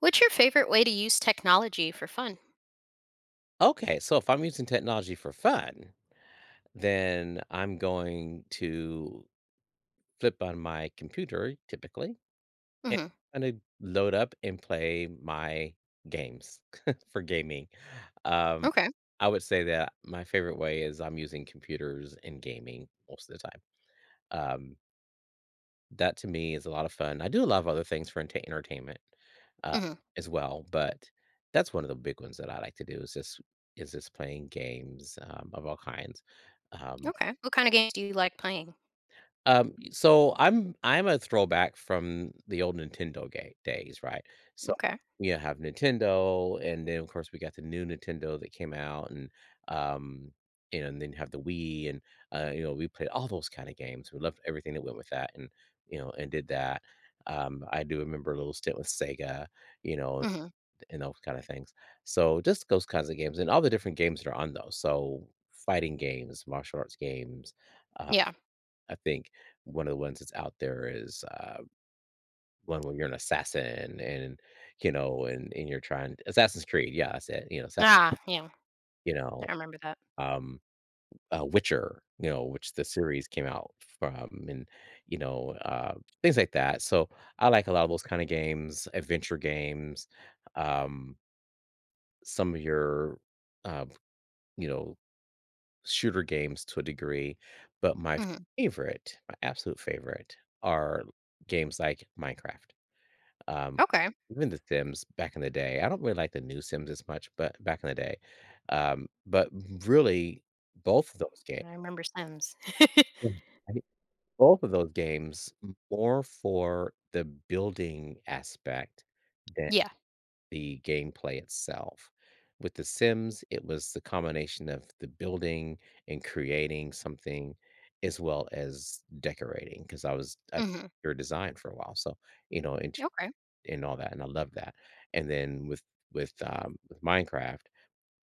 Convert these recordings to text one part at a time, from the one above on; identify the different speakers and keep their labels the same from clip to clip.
Speaker 1: What's your favorite way to use technology for fun?
Speaker 2: Okay, so if I'm using technology for fun, then I'm going to flip on my computer typically and
Speaker 1: Mhm.
Speaker 2: kind of load up and play my games for gaming. Um,
Speaker 1: Okay.
Speaker 2: I would say that my favorite way is I'm using computers and gaming most of the time. Um, That to me is a lot of fun. I do a lot of other things for enta entertainment, uh,
Speaker 1: Mhm.
Speaker 2: as well, but that's one of the big ones that I like to do is just playing games, of all kinds, um
Speaker 1: Okay. What kinda games do you like playing?
Speaker 2: so I'm a throwback from the old Nintendo ga days, right? So
Speaker 1: Okay.
Speaker 2: we have Nintendo, and then of course we got the new Nintendo that came out, and um, and then have the Wii, and we played all those kind of games. We loved everything that went with that, and and did that. I do remember a little stint with Sega, you know,
Speaker 1: Mhm.
Speaker 2: and those kind of things. So just those kinds of games, and all the different games that are on those. So fighting games, martial arts games,
Speaker 1: Yeah.
Speaker 2: I think one of the ones that's out there is one where you're an assassin and you're trying Assassin's Creed. Yeah, that's it. You know,
Speaker 1: Ah, yeah.
Speaker 2: you know,
Speaker 1: I remember that.
Speaker 2: um, Witcher. You know, which the series came out from, and you know, uh, things like that. So I like a lot of those kind of games, adventure games. Um, some of your, uh, you know, shooter games to a degree, but my
Speaker 1: Mhm.
Speaker 2: favorite, my absolute favorite, are games like Minecraft. Um,
Speaker 1: Okay.
Speaker 2: even The Sims back in the day, I don't really like the new Sims as much, but back in the day, but really both of those games
Speaker 1: I remember Sims.
Speaker 2: I think both of those games more for the building aspect than
Speaker 1: Yeah.
Speaker 2: the gameplay itself. With The Sims, it was the combination of the building and creating something as well as decorating. Because I was a
Speaker 1: Mhm.
Speaker 2: interior design for a while, so, interior
Speaker 1: Okay.
Speaker 2: and all that, and I love that. And then with Minecraft,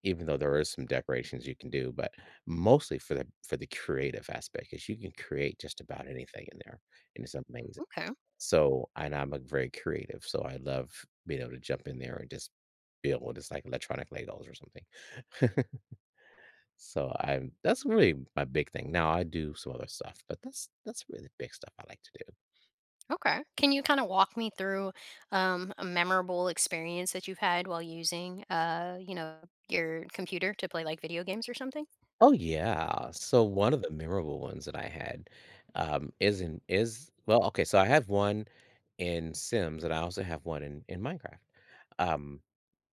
Speaker 2: even though there is some decorations you can do, but mostly for the creative aspect, is you can create just about anything in there, and it's amazing.
Speaker 1: Okay.
Speaker 2: So and I'm a very creative, so I love being able to jump in there and just build. It's like electronic Legos or something. So I'm that's really my big thing. Now I do some other stuff, but that's really the big stuff I like to do.
Speaker 1: Okay. Can you kinda walk me through, a memorable experience that you've had while using, you know, your computer to play, like, video games or something?
Speaker 2: Oh, yeah. So one of the memorable ones that I had, is in is well, okay, so I have one in Sims, and I also have one in Minecraft. Um,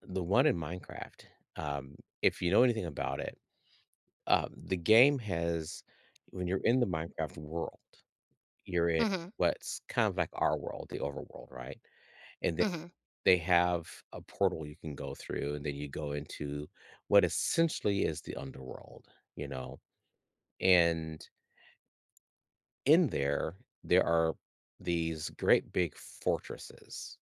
Speaker 2: the one in Minecraft, um, if you know anything about it, the game has when you're in the Minecraft world, you're in
Speaker 1: Mhm,
Speaker 2: what's kind of like our world, the overworld, right? And then
Speaker 1: mhm.
Speaker 2: they have a portal you can go through, and then you go into what essentially is the underworld, you know? And in there, there are these great big fortresses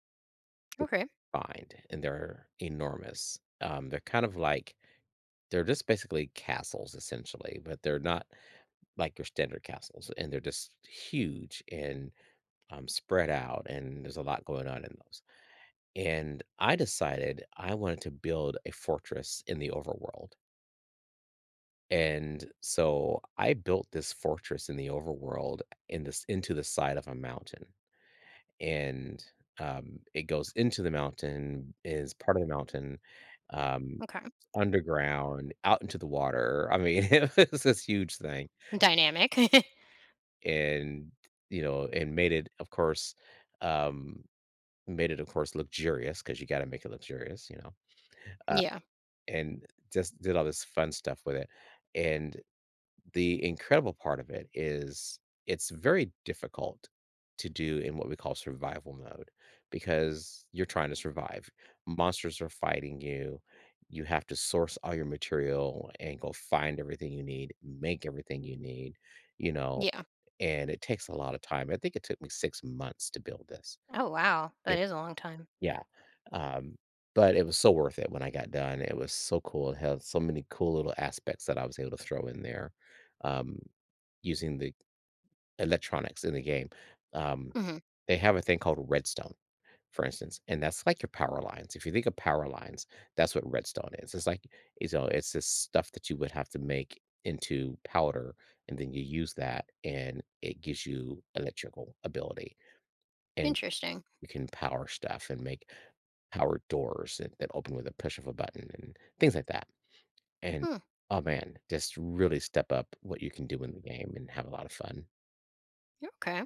Speaker 1: Okay,
Speaker 2: find, and they're enormous. They're kind of like they're just basically castles essentially, but they're not like your standard castles, and they're just huge and spread out, and there's a lot going on in those. And I decided I wanted to build a fortress in the overworld. And so I built this fortress in the overworld in this into the side of a mountain and it goes into the mountain, is part of the mountain, um,
Speaker 1: okay.
Speaker 2: underground, out into the water. I mean, it was this huge thing,
Speaker 1: Dynamic.
Speaker 2: and and made it, of course, um, luxurious because you got to make it luxurious, uh,
Speaker 1: Yeah,
Speaker 2: and just did all this fun stuff with it, and the incredible part of it is it's very difficult to do in what we call survival mode because you're trying to survive. Monsters are fighting you. You have to source all your material and go find everything you need, make everything you need, you know,
Speaker 1: yeah.
Speaker 2: and it takes a lot of time. I think it took me 6 months to build this.
Speaker 1: Oh, wow, that is a long time.
Speaker 2: Yeah, um, but it was so worth it when I got done. It was so cool. It had so many cool little aspects that I was able to throw in there, um, using the electronics in the game. Um,
Speaker 1: Mhm,
Speaker 2: they have a thing called redstone, for instance, and that's like your power lines. If you think of power lines, that's what redstone is. It's like, it's this stuff that you would have to make into powder, and then you use that, and it gives you electrical ability, and
Speaker 1: interesting.
Speaker 2: you can power stuff and make power doors that open with a push of a button and things like that. And
Speaker 1: Hmm,
Speaker 2: oh man, just really step up what you can do in the game and have a lot of fun.
Speaker 1: okay.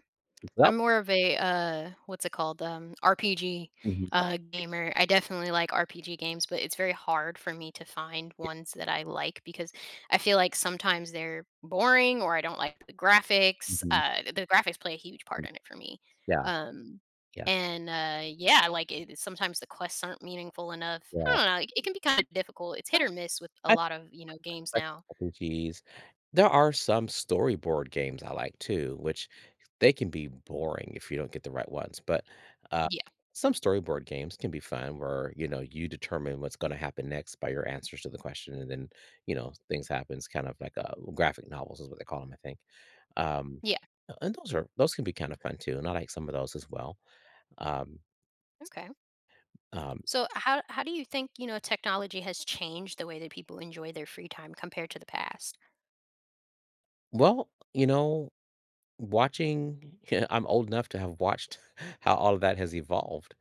Speaker 2: Well,
Speaker 1: I'm more of a, what's it called? RPG,
Speaker 2: mhm,
Speaker 1: gamer. I definitely like RPG games, but it's very hard for me to find
Speaker 2: yeah.
Speaker 1: ones that I like because I feel like sometimes they're boring or I don't like the graphics.
Speaker 2: Mhm,
Speaker 1: The graphics play a huge
Speaker 2: mm,
Speaker 1: part in it for me.
Speaker 2: yeah.
Speaker 1: Um,
Speaker 2: Yeah.
Speaker 1: and yeah, like it, sometimes the quests aren't meaningful enough.
Speaker 2: Yeah.
Speaker 1: I don't know. It can be kind of difficult. It's hit or miss with a lot of games
Speaker 2: Like
Speaker 1: now.
Speaker 2: RPGs. There are some storyboard games I like too, which they can be boring if you don't get the right ones, but, uh,
Speaker 1: Yeah.
Speaker 2: some storyboard games can be fun where, you know, you determine what's gonna happen next by your answers to the question, and then, you know, things happens kind of like, graphic novels is what they call them, I think. Um,
Speaker 1: Yeah.
Speaker 2: and those are those can be kind of fun too, and I like some of those as well. Um,
Speaker 1: Okay.
Speaker 2: um,
Speaker 1: So how do you think, you know, technology has changed the way that people enjoy their free time compared to the past?
Speaker 2: well, watching I'm old enough to have watched how all of that has evolved,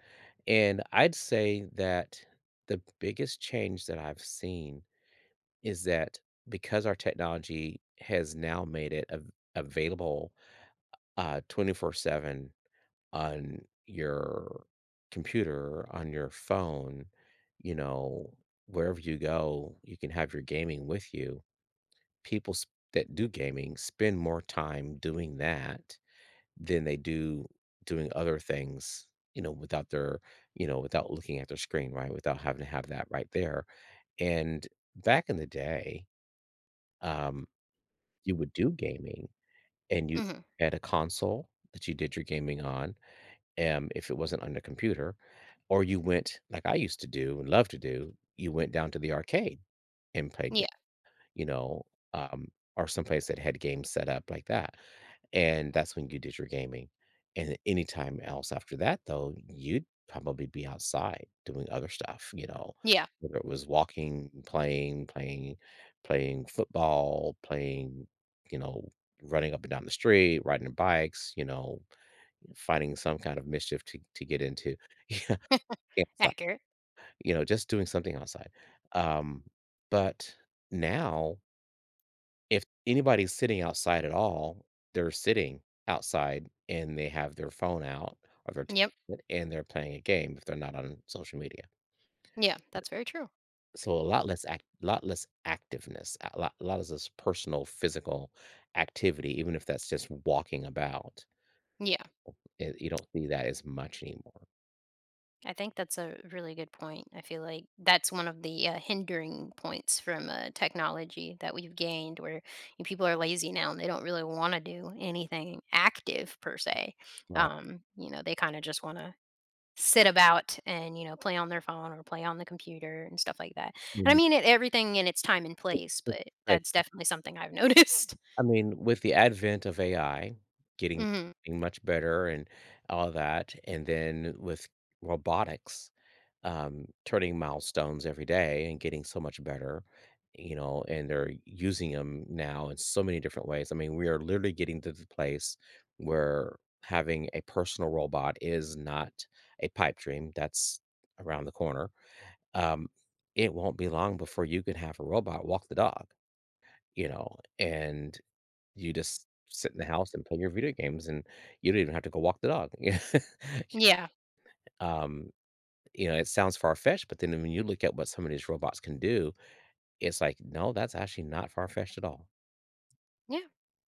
Speaker 2: and I'd say that the biggest change that I've seen is that because our technology has now made it av available, 24/7 on your computer, on your phone, you know, wherever you go, you can have your gaming with you. People s that do gaming spend more time doing that than they do doing other things, you know, without their, without looking at their screen, right? Without having to have that right there. And back in the day, um, you would do gaming and you
Speaker 1: Mhm.
Speaker 2: had a console that you did your gaming on, if it wasn't on the computer, or you went like I used to do and love to do, you went down to the arcade and played
Speaker 1: Yeah.
Speaker 2: you know, um, or someplace that had games set up like that. And that's when you did your gaming. And any time else after that, though, you'd probably be outside doing other stuff,
Speaker 1: Yeah.
Speaker 2: whether it was playing football, you know, running up and down the street, riding bikes, finding some kind of mischief to get into, outside,
Speaker 1: Accurate.
Speaker 2: just doing something outside. Um, but now if anybody's sitting outside at all, they're sitting outside and they have their phone out or their
Speaker 1: Yep.
Speaker 2: tablet and they're playing a game if they're not on social media.
Speaker 1: Yeah, that's very true.
Speaker 2: So a lot less activeness, lot of this personal physical activity, even if that's just walking about.
Speaker 1: Yeah.
Speaker 2: It, you don't see that as much anymore.
Speaker 1: I think that's a really good point. I feel like that's one of the hindering points from technology that we've gained where you know, people are lazy now and they don't really want to do anything active per se.
Speaker 2: Right.
Speaker 1: You know, they kind of just want to sit about and you know play on their phone or play on the computer and stuff like that. And I
Speaker 2: Mhm.
Speaker 1: mean it everything in its time and place, but
Speaker 2: Right.
Speaker 1: that's definitely something I've noticed.
Speaker 2: I mean, with the advent of AI getting
Speaker 1: Mhm.
Speaker 2: getting much better and all that, and then with robotics turning milestones every day and getting so much better, and they're using them now in so many different ways. I mean, we are literally getting to the place where having a personal robot is not a pipe dream. That's around the corner. Um, it won't be long before you can have a robot walk the dog, and you just sit in the house and play your video games and you don't even have to go walk the dog.
Speaker 1: Yeah.
Speaker 2: um, you know, it sounds far fetched, but then when you look at what some of these robots can do, it's like, no, that's actually not far fetched at all.
Speaker 1: Yeah.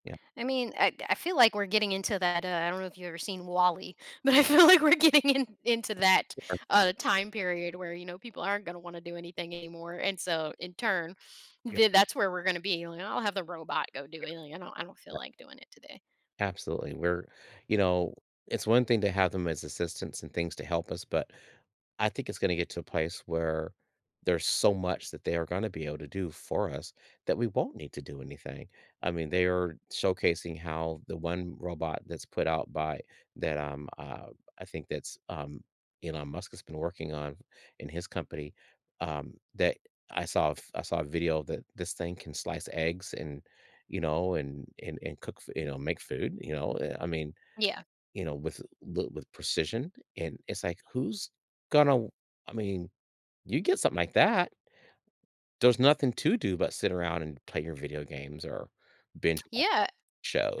Speaker 2: Yeah.
Speaker 1: I mean, I feel like we're getting into that I don't know if you've ever seen WALL-E, but I feel like we're getting in, into that
Speaker 2: Yeah.
Speaker 1: time period where you know people aren't going to want to do anything anymore. And so in turn,
Speaker 2: Yeah.
Speaker 1: that's where we're going to be. Like, I'll have the robot go do it. Like, I don't feel like doing it today.
Speaker 2: Absolutely. You know, it's one thing to have them as assistants and things to help us, but I think it's gonna get to a place where there's so much that they are gonna be able to do for us that we won't need to do anything. I mean, they are showcasing how the one robot that's put out by that, I think that's, Elon Musk has been working on in his company, that I saw a video that this thing can slice eggs and and cook, you know, make food, I mean,
Speaker 1: Yeah.
Speaker 2: with precision, and it's like, who's gonna? I mean, you get something like that. There's nothing to do but sit around and play your video games or binge watch
Speaker 1: Yeah,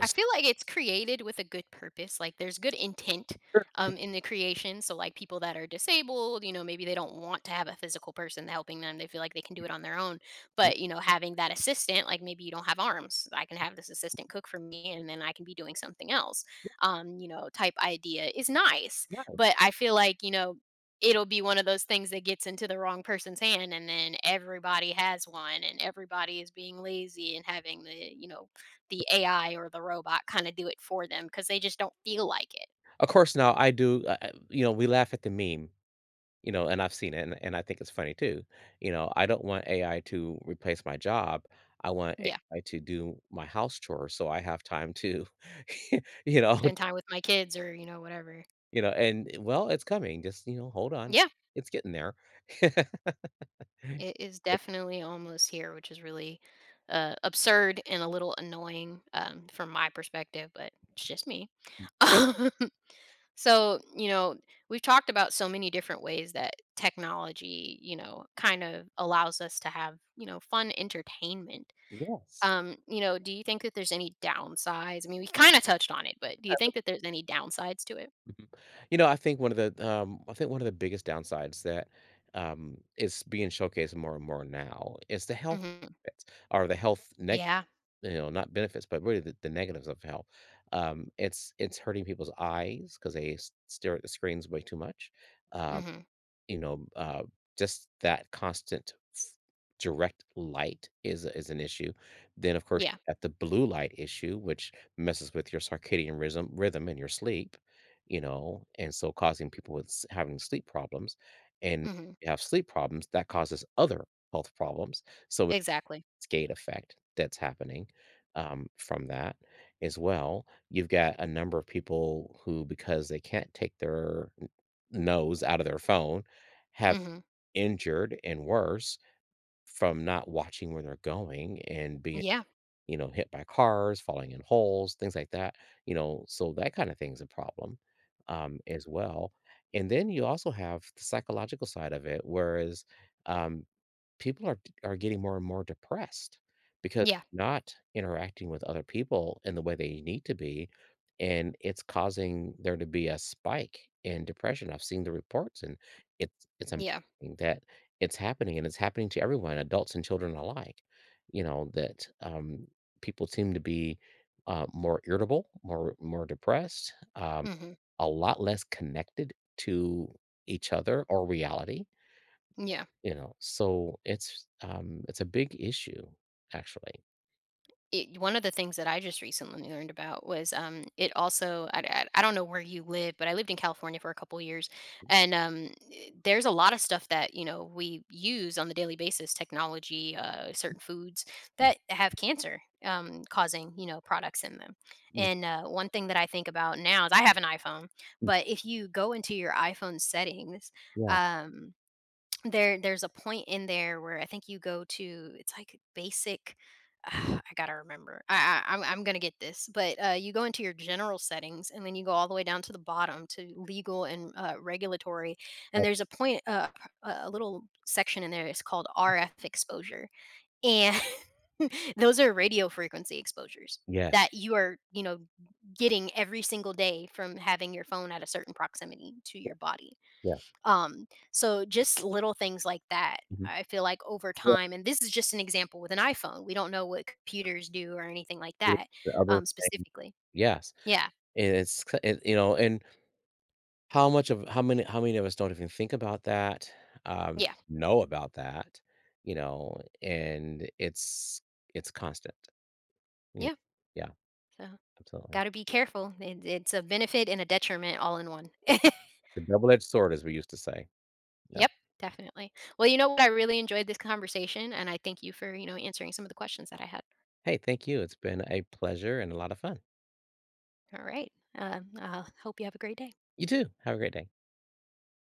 Speaker 1: I feel like it's created with a good purpose. Like there's good intent
Speaker 2: Sure.
Speaker 1: in the creation. So like people that are disabled, you know, maybe they don't want to have a physical person helping them. They feel like they can do it on their own. But you know, having that assistant, like maybe you don't have arms, I can have this assistant cook for me, and then I can be doing something else. You know, type idea is nice.
Speaker 2: Right.
Speaker 1: But I feel like you know. It'll be one of those things that gets into the wrong person's hand, and then everybody has one, and everybody is being lazy and having the, you know, the AI or the robot kinda do it for them because they just don't feel like it.
Speaker 2: Of course, now I do. You know, we laugh at the meme. You know, and I've seen it, and I think it's funny too. You know, I don't want AI to replace my job. I want
Speaker 1: Yeah,
Speaker 2: AI to do my house chores, so I have time to, you know,
Speaker 1: spend time with my kids or, you know, whatever.
Speaker 2: you know, and well, it's coming, just, you know, hold on,
Speaker 1: Yeah,
Speaker 2: it's getting there.
Speaker 1: it is
Speaker 2: Yep.
Speaker 1: definitely almost here, which is really, absurd and a little annoying, from my perspective, but it's just me.
Speaker 2: Mm.
Speaker 1: So, you know, we've talked about so many different ways that technology, you know, kind of allows us to have, you know, fun entertainment.
Speaker 2: Yes.
Speaker 1: You know, do you think that there's any downsides? I mean, we kind of touched on it, but do you think that there's any downsides to it?
Speaker 2: Mhm. You know, I think one of the, I think one of the biggest downsides that, is being showcased more and more now is the health
Speaker 1: Mhm.
Speaker 2: benefits or the health neg
Speaker 1: Yeah.
Speaker 2: you know, not benefits, but really the negatives of hell. It's hurting people's eyes because they stare at the screens way too much. Um,
Speaker 1: Mhm.
Speaker 2: you know, uh, just that direct light is is an issue. Then, of course,
Speaker 1: Yeah.
Speaker 2: at the blue light issue, which messes with your circadian rhythm and your sleep. You know, and so causing people having sleep problems, and
Speaker 1: Mhm.
Speaker 2: you have sleep problems that causes other health problems. So
Speaker 1: Exactly.
Speaker 2: cascade effect that's happening from that as well. You've got a number of people who, because they can't take their nose out of their phone, have
Speaker 1: Mhm.
Speaker 2: injured and worse from not watching where they're going and being,
Speaker 1: Yeah.
Speaker 2: hit by cars, falling in holes, things like that. You know, so that kind of thing's a problem as well. And then you also have the psychological side of it, whereas um, people are getting more and more depressed because
Speaker 1: Yeah.
Speaker 2: not interacting with other people in the way they need to be and it's causing there to be a spike in depression. I've seen the reports and it's
Speaker 1: Yeah.
Speaker 2: amazing that it's happening and it's happening to everyone, adults and children alike. You know that people seem to be more irritable, more depressed,
Speaker 1: Mhm.
Speaker 2: a lot less connected to each other or reality.
Speaker 1: Yeah.
Speaker 2: You know, so it's a big issue, actually.
Speaker 1: It, one of the things that I just recently learned about was it also I don't know where you live, but I lived in California for a couple years, and there's a lot of stuff that you know we use on the daily basis, technology, certain foods
Speaker 2: Mm,
Speaker 1: that have cancer causing you know products in them.
Speaker 2: mm,
Speaker 1: And one thing that I think about now is I have an iPhone,
Speaker 2: mm,
Speaker 1: but if you go into your iPhone settings.
Speaker 2: yeah,
Speaker 1: Um, there there's a point in there where I think you go to it's like basic I gotta remember. I'm gonna get this, but you go into your general settings, and then you go all the way down to the bottom to legal and regulatory. And
Speaker 2: oh,
Speaker 1: there's a point, a little section in there. It's called RF exposure, and those are radio frequency exposures
Speaker 2: yes,
Speaker 1: that you are, you know, getting every single day from having your phone at a certain proximity to your body.
Speaker 2: yeah,
Speaker 1: So just little things like that,
Speaker 2: mhm,
Speaker 1: I feel like over
Speaker 2: yeah,
Speaker 1: time, and this is just an example with an iPhone. We don't know what computers do or anything like
Speaker 2: the
Speaker 1: that,
Speaker 2: other thing
Speaker 1: specifically.
Speaker 2: yes,
Speaker 1: Yeah,
Speaker 2: and it's c and, you know, and how many of us don't even think about that, um,
Speaker 1: yeah,
Speaker 2: know about that, you know, and it's constant, you kn
Speaker 1: yeah.
Speaker 2: yeah,
Speaker 1: So
Speaker 2: absolutely.
Speaker 1: gotta be careful. It, it's a benefit and a detriment all in one.
Speaker 2: The double-edged sword, as we used to say, yep.
Speaker 1: Yep, definitely. Well, you know what? I really enjoyed this conversation, and I thank you for you know answering some of the questions that I had.
Speaker 2: Hey, thank you, it's been a pleasure and a lot of fun.
Speaker 1: All right. I hope you have a great day.
Speaker 2: You too, have a great day.